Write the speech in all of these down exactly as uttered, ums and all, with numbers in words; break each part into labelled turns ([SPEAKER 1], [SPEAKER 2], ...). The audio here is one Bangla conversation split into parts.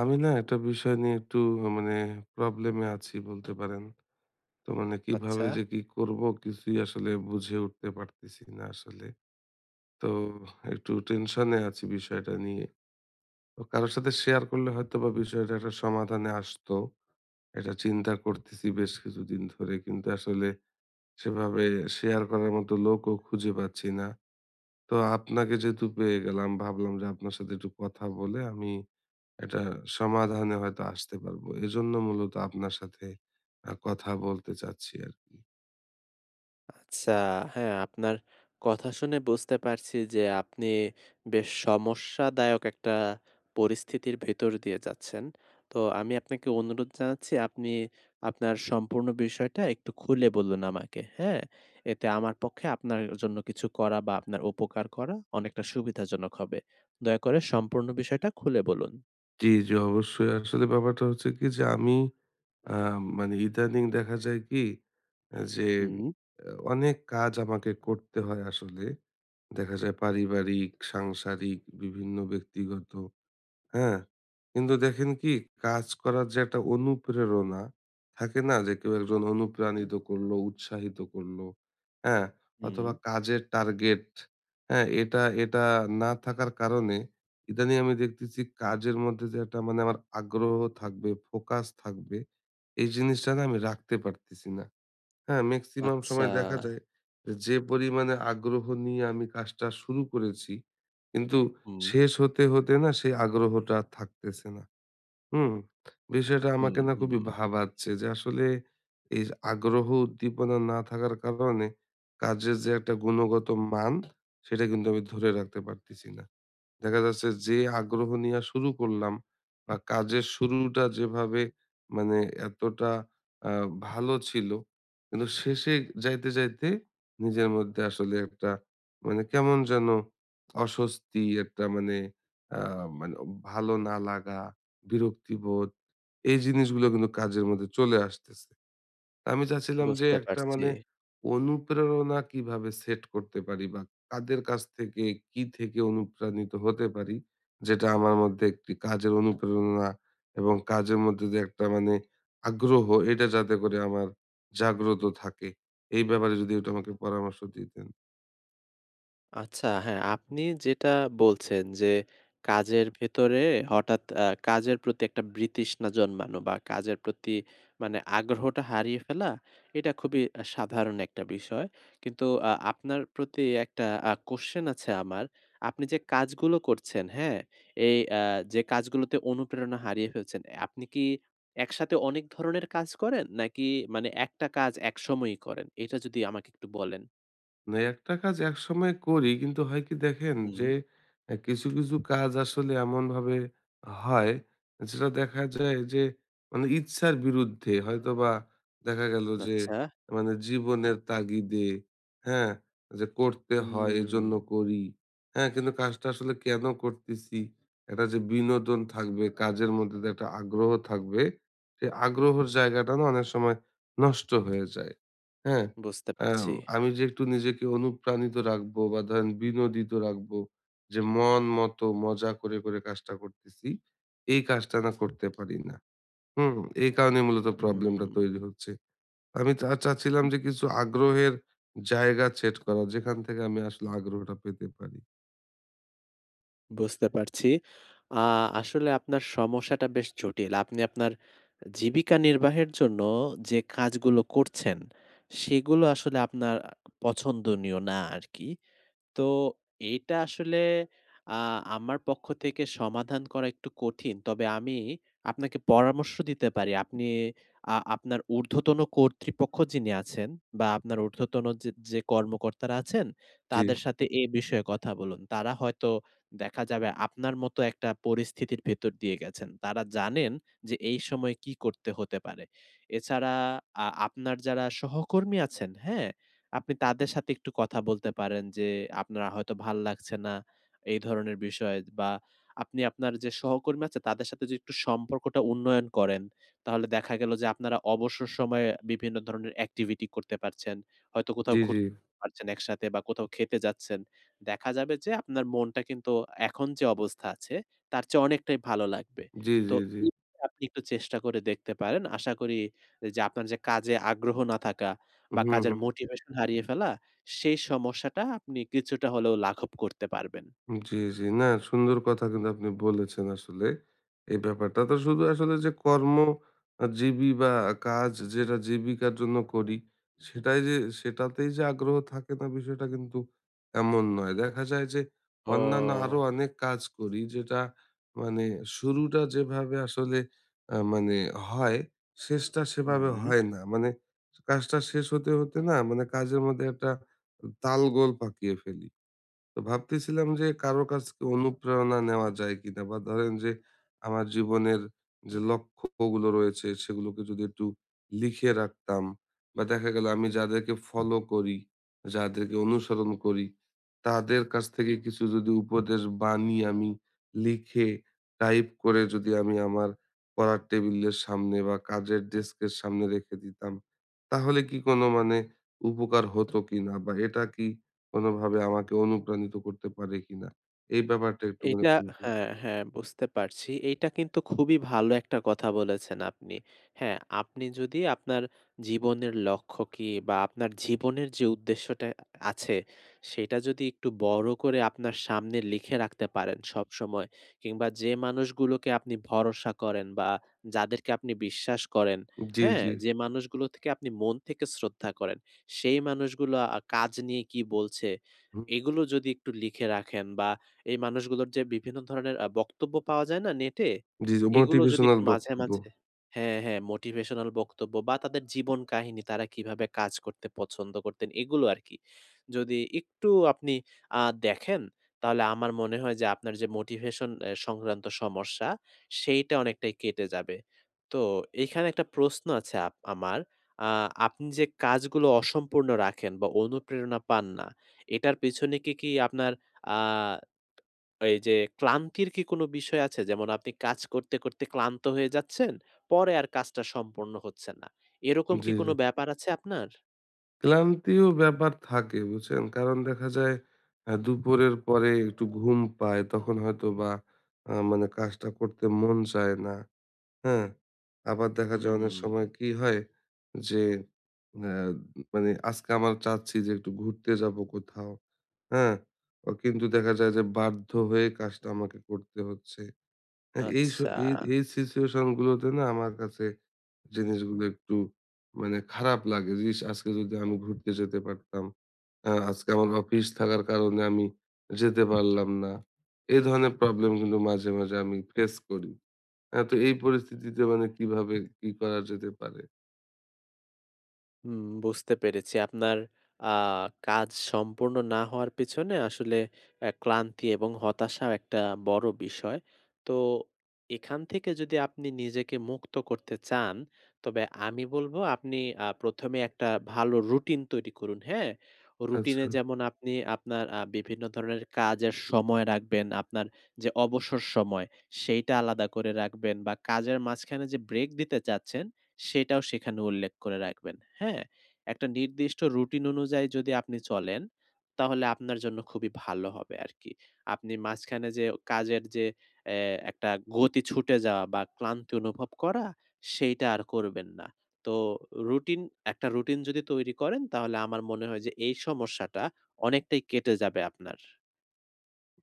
[SPEAKER 1] আমি না একটা বিষয় নিয়ে একটু মানে প্রবলেমে আছি বলতে পারেন। তো মানে কিভাবে
[SPEAKER 2] আচ্ছা,
[SPEAKER 1] যে কি করব কিছুই আসলে বুঝে উঠতে পারতেছি না আসলে। তো একটু টেনশনে আছি বিষয়টা নিয়ে। তো কারো সাথে শেয়ার করলে হয়তোবা বিষয়টা একটা সমাধানে আসতো। এটা চিন্তা করতেছি বেশ কিছুদিন ধরে। কিন্তু আসলে সেভাবে শেয়ার করার মতো লোকও খুঁজে পাচ্ছি না। তো আপনাকে যেহেতু পেয়ে গেলাম ভাবলাম যে আপনার সাথে একটু কথা বলে আমি একটা সমাধানে হয়তো আসতে পারবো। এজন্য মূলত আপনার সাথে আ কথা বলতে চাচ্ছি আরকি।
[SPEAKER 2] আচ্ছা। হ্যাঁ, আপনার কথা শুনে বুঝতে পারছি যে আপনি বেশ সমস্যাদায়ক একটা পরিস্থিতির ভেতর দিয়ে যাচ্ছেন। তো আমি আপনাকে অনুরোধ জানাচ্ছি আপনি আপনার সম্পূর্ণ বিষয়টা একটু খুলে বলুন আমাকে, হ্যাঁ? এতে আমার পক্ষে আপনার জন্য কিছু করা বা আপনার উপকার করা অনেকটা সুবিধাজনক হবে। দয়া করে সম্পূর্ণ বিষয়টা খুলে বলুন।
[SPEAKER 1] জি, জি অবশ্যই। আসলে ব্যাপারটা হচ্ছে কি যে আমি আ মানে ইদানিং দেখা যায় কি আ যে
[SPEAKER 2] হুম,
[SPEAKER 1] আ অনেক কাজ আমাকে করতে হয় আসলে। দেখা যায় পারিবারিক, সাংসারিক বিভিন্ন ব্যক্তিগত হ্যাঁ, কিন্তু দেখেন কি কাজ করার যে একটা অনুপ্রেরণা থাকে না যে কেউ একজন অনুপ্রাণিত করলো, উৎসাহিত করলো, হ্যাঁ?
[SPEAKER 2] হুম।
[SPEAKER 1] অথবা কাজের টার্গেট, হ্যাঁ? এটা এটা না থাকার কারণে ইদানিং আমি দেখতেছি কাজের মধ্যে যে একটা মানে আমার আগ্রহ থাকবে, ফোকাস থাকবে, এই জিনিসটা না আমি রাখতে পারতেছি না। হ্যাঁ, মেক্সিমাম
[SPEAKER 2] আচ্ছা।
[SPEAKER 1] সময় দেখা যায় যে যে পরিমাণে আগ্রহ নিয়ে আমি কাজটা শুরু করেছি, কিন্তু
[SPEAKER 2] হুম,
[SPEAKER 1] শেষ হতে, হতে না সেই আগ্রহটা আর থাকতেছে না। হুম? বিষয়টা
[SPEAKER 2] হুম,
[SPEAKER 1] আমাকে না খুবই
[SPEAKER 2] হুম।
[SPEAKER 1] ভাবাচ্ছে যে আসলে এই আগ্রহ উদ্দীপনা না থাকার কারণে কাজের যে একটা গুণগত মান সেটা কিন্তু আমি ধরে রাখতে পারতেছি না। দেখা যাচ্ছে যে আগ্রহ নিয়ে শুরু করলাম বা কাজের শুরুটা যেভাবে মানে এতটা আহ, ভালো ছিল কিন্তু শেষে যাইতে যাইতে নিজের মধ্যে আসলে একটা মানে কেমন যেন অস্বস্তি একটা মানে আহ, মানে ভালো না লাগা বিরক্তিবোধ এই জিনিসগুলো কিন্তু কাজের মধ্যে চলে আসতেছে আমি চাচ্ছিলাম যে
[SPEAKER 2] বুঝতে
[SPEAKER 1] একটা
[SPEAKER 2] পারছি।
[SPEAKER 1] মানে অনুপ্রেরণা কিভাবে সেট করতে পারি বা কাদের কাছ থেকে কি থেকে অনুপ্রাণিত হতে পারি যেটা আমার মধ্যে একটি কাজের অনুপ্রেরণা এবং কাজের মধ্যে যে একটা মানে আগ্রহ এটা যাতে করে আমার জাগ্রত থাকে এই ব্যাপারে যদি একটু আমাকে পরামর্শ দিতেন
[SPEAKER 2] আচ্ছা হ্যাঁ, আপনি যেটা বলছেন যে কাজের ভেতরে হঠাৎ আ কাজের প্রতি একটা বিতৃষ্ণা জন্মানো বা কাজের প্রতি মানে আগ্রহটা হারিয়ে ফেলা, এটা খুবই আ সাধারণ একটা বিষয়। কিন্তু আ আপনার প্রতি একটা আ কোয়েশ্চেন আছে আমার। আপনি যে কাজগুলো করছেন, হ্যাঁ? এই আ যে কাজগুলোতে অনুপ্রেরণা হারিয়ে ফেলছেন, আপনি কি একসাথে অনেক ধরনের কাজ করেন? নাকি মানে একটা কাজ একসময়ই করেন? এটা যদি আমাকে একটু বলেন।
[SPEAKER 1] না একটা কাজ একসময় করি কিন্তু হয় কি দেখেন
[SPEAKER 2] হুম,
[SPEAKER 1] যে আহ, কিছু কিছু কাজ আসলে এমন ভাবে হয় যেটা দেখা যায় যে মানে ইচ্ছার বিরুদ্ধে হয়তো বা দেখা গেল যে
[SPEAKER 2] আচ্ছা।
[SPEAKER 1] মানে জীবনের তাগিদে হ্যাঁ যে করতে হয়
[SPEAKER 2] হুম,
[SPEAKER 1] এজন্য করি হ্যাঁ কিন্তু কাজটা আসলে কেন করতেছি একটা যে বিনোদন থাকবে কাজের মধ্যে যে একটা আগ্রহ থাকবে সেই আগ্রহের জায়গাটা না অনেক সময় নষ্ট হয়ে যায় হ্যাঁ
[SPEAKER 2] বুঝতে
[SPEAKER 1] অ্যাম
[SPEAKER 2] পারছি।
[SPEAKER 1] আমি যে একটু নিজেকে অনুপ্রাণিত রাখবো বা ধরেন বিনোদিত রাখবো যে মন মতো মজা করে, করে কাজটা করতেছি। এই কাজটা না করতে পারি না। হুম? এই কারণে মূলত
[SPEAKER 2] হুম,
[SPEAKER 1] প্রবলেমটা তৈরি হচ্ছে। আমি চা চাচ্ছিলাম
[SPEAKER 2] উ
[SPEAKER 1] যে কিছু আগ্রহের জায়গা সেট করা যেখান থেকে আমি আসলে আগ্রহটা পেতে পারি।
[SPEAKER 2] বুঝতে পারছি। আ আসলে আপনার সমস্যাটা বেশ জটিল। আপনি আপনার জীবিকা নির্বাহের জন্য যে কাজগুলো করছেন, সেগুলো আসলে আপনার পছন্দনীয় না আরকি। তো এটা আসলে আ আমার পক্ষ থেকে সমাধান করা একটু কঠিন। তবে আমি আপনাকে পরামর্শ দিতে পারি। আপনি আ আপনার ঊর্ধ্বতন কর্তৃপক্ষ যিনি আছেন বা আপনার ঊর্ধ্বতন যে, যে কর্মকর্তারা আছেন
[SPEAKER 1] জি,
[SPEAKER 2] তাদের সাথে এ বিষয়ে কথা বলুন। তারা হয়তো দেখা যাবে আপনার মতো একটা পরিস্থিতির ভেতর দিয়ে গেছেন। তারা জানেন যে এই সময় কি করতে হতে পারে। এছাড়া আ আপনার যারা সহকর্মী আছেন, হ্যাঁ? আপনি তাদের সাথে একটু কথা বলতে পারেন যে, আপনার হয়তো ভাল লাগছে না, এই ধরনের বিষয় বা আপনি আপনার যে সহকর্মী আছে তাদের সাথে যদি একটু সম্পর্কটা উন্নয়ন করেন, তাহলে দেখা গেল যে আপনারা অবসর সময়ে বিভিন্ন ধরনের activity করতে পারছেন। হয়তো কোথাও
[SPEAKER 1] জি, জি,
[SPEAKER 2] ঘুরতে পারছেন একসাথে বা কোথাও খেতে যাচ্ছেন। দেখা যাবে যে আপনার মনটা কিন্তু এখন যে অবস্থা আছে, তার চেয়ে অনেকটাই ভালো লাগবে।
[SPEAKER 1] জি,
[SPEAKER 2] তো
[SPEAKER 1] জি, জি।
[SPEAKER 2] এই আপনি একটু চেষ্টা করে দেখতে পারেন। আশা করি যে আপনার যে কাজে আগ্রহ না থাকা বা
[SPEAKER 1] হুম,
[SPEAKER 2] কাজের
[SPEAKER 1] হুম।
[SPEAKER 2] মোটিভেশন হারিয়ে ফেলা, সেই সমস্যাটা আপনি কিছুটা হলেও লাঘব করতে পারবেন।
[SPEAKER 1] জি, জি। না সুন্দর কথা কিন্তু আপনি বলেছেন আসলে। এই ব্যাপারটা তো শুধু আসলে যে কর্ম আ জীবী বা কাজ যেটা জীবিকার জন্য করি সেটাই যে সেটাতেই যে আগ্রহ থাকে না বিষয়টা কিন্তু এমন নয়। দেখা যায় যে অন্যান্য আরো
[SPEAKER 2] ও!
[SPEAKER 1] অনেক কাজ করি যেটা মানে শুরুটা যেভাবে আসলে আ মানে হয় শেষটা সেভাবে
[SPEAKER 2] হুম।
[SPEAKER 1] হয় না। মানে কাজটা শেষ হতে, হতে না মানে কাজের মধ্যে একটা তালগোল পাকিয়ে ফেলি। তো ভাবতেছিলাম যে কারো কাছ থেকে অনুপ্রেরণা নেওয়া যায় কিনা বা ধরেন যে আমার জীবনের যে লক্ষ্যগুলো রয়েছে সেগুলোকে যদি একটু লিখে রাখতাম বা দেখা গেল আমি যাদেরকে ফলো করি যাদেরকে অনুসরণ করি তাদের কাছ থেকে কিছু যদি উপদেশ বাণী আমি লিখে টাইপ করে যদি আমি আমার পড়ার টেবিলের সামনে বা কাজের ডেস্কের সামনে রেখে দিতাম তাহলে কি কোনো মানে উপকার হতো কিনা বা এটা কি কোনোভাবে আমাকে অনুপ্রাণিত করতে পারে কিনা। এই ব্যাপারটা একটু মানে
[SPEAKER 2] এইটা
[SPEAKER 1] কনফিউজ
[SPEAKER 2] হ্যাঁ, হ্যাঁ বুঝতে পারছি। এইটা কিন্তু খুবই ভালো একটা কথা বলেছেন আপনি। হ্যাঁ, আপনি যদি আপনার জীবনের লক্ষ্য কি বা আপনার জীবনের যে উদ্দেশ্যটা আছে, সেটা যদি একটু বড় করে আপনার সামনে লিখে রাখতে পারেন সবসময় কিংবা যে মানুষগুলোকে আপনি ভরসা করেন বা যাদেরকে আপনি বিশ্বাস করেন,
[SPEAKER 1] জি,
[SPEAKER 2] হ্যাঁ?
[SPEAKER 1] জি।
[SPEAKER 2] যে মানুষগুলো থেকে আপনি মন থেকে শ্রদ্ধা করেন, সেই মানুষগুলো আ কাজ নিয়ে কি বলছে,
[SPEAKER 1] হুম,
[SPEAKER 2] এগুলো যদি একটু লিখে রাখেন বা এই মানুষগুলোর যে বিভিন্ন ধরনের আ বক্তব্য পাওয়া যায় না নেটে?
[SPEAKER 1] জি, জি।
[SPEAKER 2] এগুলো যদি
[SPEAKER 1] মোটিভেশনাল
[SPEAKER 2] একটু মাঝে,
[SPEAKER 1] বক্তব্য।
[SPEAKER 2] মাঝে হ্যাঁ, হ্যাঁ মোটিভেশনাল বক্তব্য বা তাদের জীবন কাহিনী তারা কিভাবে কাজ করতে পছন্দ করতেন এগুলো আরকি। যদি একটু আপনি আ দেখেন তাহলে আমার মনে হয় যে আপনার যে মোটিভেশন এ সংক্রান্ত সমস্যা সেইটা অনেকটাই কেটে যাবে। তো এইখানে একটা প্রশ্ন আছে আপ আমার। আ আপনি যে কাজগুলো অসম্পূর্ণ রাখেন বা অনুপ্রেরণা পান না, এটার পেছনে কি, কি আপনার আ এই যে ক্লান্তির কি কোনো বিষয় আছে? যেমন আপনি কাজ করতে, করতে ক্লান্ত হয়ে যাচ্ছেন, পরে আর কাজটা সম্পন্ন হচ্ছে না। এরকম
[SPEAKER 1] জি,
[SPEAKER 2] কি কোনো
[SPEAKER 1] জি।
[SPEAKER 2] ব্যাপার আছে আপনার?
[SPEAKER 1] ক্লান্তিও ব্যাপার থাকে বুঝছেন? কারণ দেখা যায় আ দুপুরের পরে একটু ঘুম পায় তখন হয়তো বা আ মানে কাজটা করতে মন চায় না। হ্যাঁ, আবার দেখা যায়
[SPEAKER 2] হুম,
[SPEAKER 1] অনেক সময় কি হয় যে আ মানে আজকে আমার চাচ্ছি যে একটু ঘুরতে যাবো কোথাও। হ্যাঁ? অ কিন্তু দেখা যায় যে বাধ্য হয়ে কাজটা আমাকে করতে হচ্ছে। হ্যাঁ, এই স
[SPEAKER 2] আচ্ছা।
[SPEAKER 1] এই এই সিচুয়েশন গুলোতে না আমার কাছে জিনিসগুলো একটু মানে খারাপ লাগে যে, "ইস! আজকে যদি আমি ঘুরতে যেতে পারতাম। আ আজকে আমার অফিস থাকার কারণে আমি যেতে পারলাম না।" এই ধরনের প্রবলেম কিন্তু মাঝে, মাঝে আমি ফেস করি। হ্যাঁ, তো এই পরিস্থিতিতে মানে কিভাবে কি করা যেতে পারে?
[SPEAKER 2] হুম, বুঝতে পেরেছি। আপনার আ কাজ সম্পূর্ণ না হওয়ার পেছনে আসলে অ্যা ক্লান্তি এবং হতাশাও একটা বড় বিষয়। তো এখান থেকে যদি আপনি নিজেকে মুক্ত করতে চান, তবে আমি বলব আপনি আ প্রথম এ একটা ভালো রুটিন তৈরি করুন, হ্যাঁ?
[SPEAKER 1] আচ্ছা।
[SPEAKER 2] রুটিনে যেমন আপনি আপনার আ বিভিন্ন ধরনের কাজের সময় রাখবেন, আপনার যে অবসর সময় সেইটা আলাদা করে রাখবেন বা কাজের মাঝখানে যে ব্রেক দিতে চাচ্ছেন সেটাও সেখানে উল্লেখ করে রাখবেন। হ্যাঁ? একটা নির্দিষ্ট রুটিন অনুযায়ী যদি আপনি চলেন, তাহলে আপনার জন্য খুবই ভালো হবে আরকি। আপনি মাঝখানে যে কাজের যে অ্যা একটা গতি ছুটে যাওয়া বা ক্লান্তি অনুভব করা, সেইটা আর করবেন না। তো রুটিন একটা রুটিন যদি তৈরি করেন, তাহলে আমার মনে হয় যে এই সমস্যাটা অনেকটাই কেটে যাবে আপনার।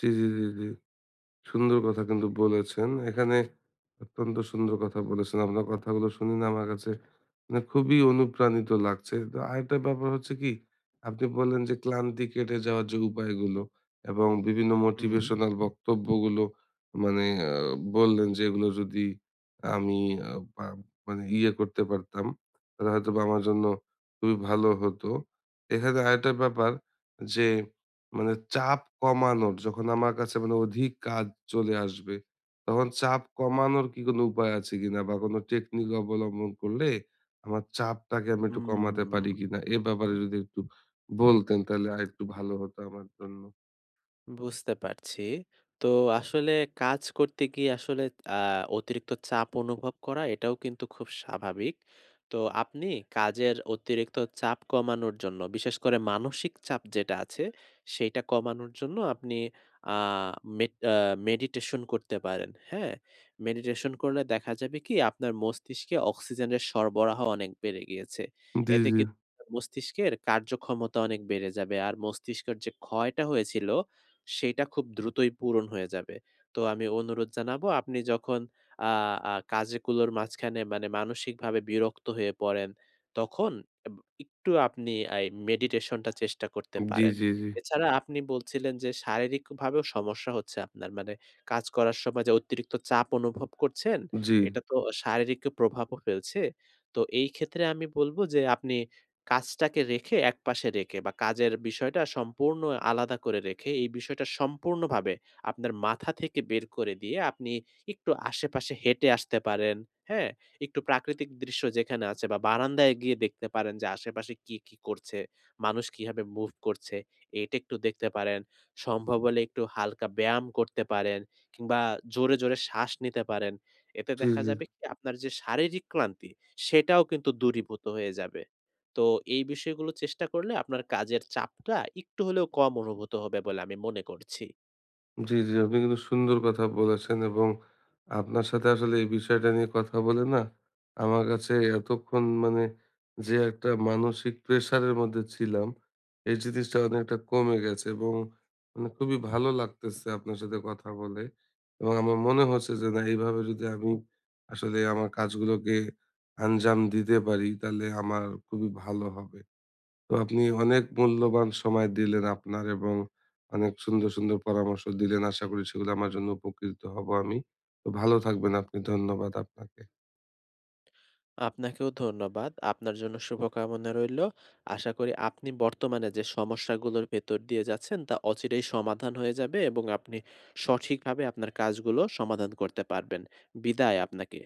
[SPEAKER 1] জি, জি, জি, জি। সুন্দর কথা কিন্তু বলেছেন। এখানে অত্যন্ত সুন্দর কথা বলেছেন। আপনার কথাগুলো শুনে না আমার কাছে মানে খুবই অনুপ্রাণিত লাগছে। তো আরেকটা ব্যাপার হচ্ছে কি, আপনি বললেন যে ক্লান্তি কেটে যাওয়ার যে উপায়গুলো এবং বিভিন্ন
[SPEAKER 2] হুম,
[SPEAKER 1] মোটিভেশনাল বক্তব্যগুলো মানে আ বললেন যে এগুলো যদি আমি আ পা মানে ইয়ে করতে পারতাম, তাহলে হয়তোবা আমার জন্য খুবই ভালো হতো। এখানে আরেকটা ব্যাপার যে মানে চাপ কমানোর যখন আমার কাছে মানে অধিক কাজ চলে আসবে, তখন চাপ কমানোর কি কোনো উপায় আছে কিনা? বা কোনো টেকনিক অবলম্বন করলে আমার চাপটাকে আমি একটু কমাতে পারি
[SPEAKER 2] হুম।
[SPEAKER 1] কিনা? এ ব্যাপারে যদি একটু বলতেন তাহলে আরেকটু ভালো হতো আমার জন্য।
[SPEAKER 2] বুঝতে পারছি। তো আসলে কাজ করতে গিয়ে আসলে আ অতিরিক্ত চাপ অনুভব করা এটাও কিন্তু খুব স্বাভাবিক। তো আপনি কাজের অতিরিক্ত চাপ কমানোর জন্য বিশেষ করে মানসিক চাপ যেটা আছে সেইটা কমানোর জন্য আপনি আ মেড আ মেডিটেশন করতে পারেন। হ্যাঁ? মেডিটেশন করলে দেখা যাবে কি আপনার মস্তিষ্কে অক্সিজেনের সরবরাহ অনেক বেড়ে গিয়েছে।
[SPEAKER 1] জি,
[SPEAKER 2] এতে
[SPEAKER 1] জি।
[SPEAKER 2] কিন্তু মস্তিষ্কের কার্যক্ষমতা অনেক বেড়ে যাবে। আর মস্তিষ্কের যে ক্ষয়টা হয়েছিল সেইটা খুব দ্রুতই পূরণ হয়ে যাবে। তো আমি অনুরোধ জানাবো আপনি যখন আ আ কাজগুলোর মাঝখানে মানে মানসিকভাবে বিরক্ত হয়ে পড়েন, তখন এব একটু আপনি এই মেডিটেশনটা চেষ্টা করতে
[SPEAKER 1] জি,
[SPEAKER 2] পারেন।
[SPEAKER 1] জি, জি।
[SPEAKER 2] এছাড়া আপনি বলছিলেন যে শারীরিকভাবেও সমস্যা হচ্ছে আপনার। মানে কাজ করার সময় যে অতিরিক্ত চাপ অনুভব করছেন,
[SPEAKER 1] জি,
[SPEAKER 2] এটা তো শারীরিক প্রভাবও ফেলছে। তো এই ক্ষেত্রে আমি বলব যে আপনি কাজটাকে রেখে একপাশে রেখে বা কাজের বিষয়টা সম্পূর্ণ আলাদা করে রেখে এই বিষয়টা সম্পূর্ণভাবে আপনার মাথা থেকে বের করে দিয়ে আপনি একটু আশেপাশে হেঁটে আসতে পারেন। হ্যাঁ? একটু প্রাকৃতিক দৃশ্য যেখানে আছে বা বারান্দায় গিয়ে দেখতে পারেন যে আশেপাশে কি, কি করছে, মানুষ কিভাবে মুভ করছে এটা একটু দেখতে পারেন। সম্ভব হলে একটু হালকা ব্যায়াম করতে পারেন কিংবা জোরে, জোরে শ্বাস নিতে পারেন। এতে
[SPEAKER 1] জি,
[SPEAKER 2] দেখা
[SPEAKER 1] জি।
[SPEAKER 2] যাবে কি আপনার যে শারীরিক ক্লান্তি সেটাও কিন্তু দূরীভূত হয়ে যাবে। তো এই বিষয়গুলো চেষ্টা করলে আপনার কাজের চাপটা একটু হলেও কম অনুভূত হবে বলে আমি মনে করছি।
[SPEAKER 1] জি, জি। আপনি কিন্তু সুন্দর কথা বলেছেন এবং আপনার সাথে আসলে এই বিষয়টা নিয়ে কথা বলে না আমার কাছে এতক্ষণ মানে যে একটা মানসিক প্রেশারের মধ্যে ছিলাম, এই জিনিসটা অনেকটা কমে গেছে এবং মানে খুবই ভালো লাগতেছে আপনার সাথে কথা বলে। এবং আমার মনে হচ্ছে যে না এইভাবে যদি আমি আসলে আমার কাজগুলোকে আঞ্জাম দিতে পারি তাহলে আমার খুবই ভালো হবে। তো আপনি অনেক মূল্যবান সময় দিলেন আপনার এবং অনেক সুন্দর সুন্দর পরামর্শ দিলেন। আশা করি সেগুলো আমার জন্য উপকৃত হব আমি। তো ভালো থাকবেন আপনি। ধন্যবাদ আপনাকে।
[SPEAKER 2] আপনাকেও ধন্যবাদ। আপনার জন্য শুভকামনা রইল। আশা করি আপনি বর্তমানে যে সমস্যাগুলোর ভেতর দিয়ে যাচ্ছেন তা অচিরেই সমাধান হয়ে যাবে এবং আপনি সঠিকভাবে আপনার কাজগুলো সমাধান করতে পারবেন। বিদায় আপনাকে।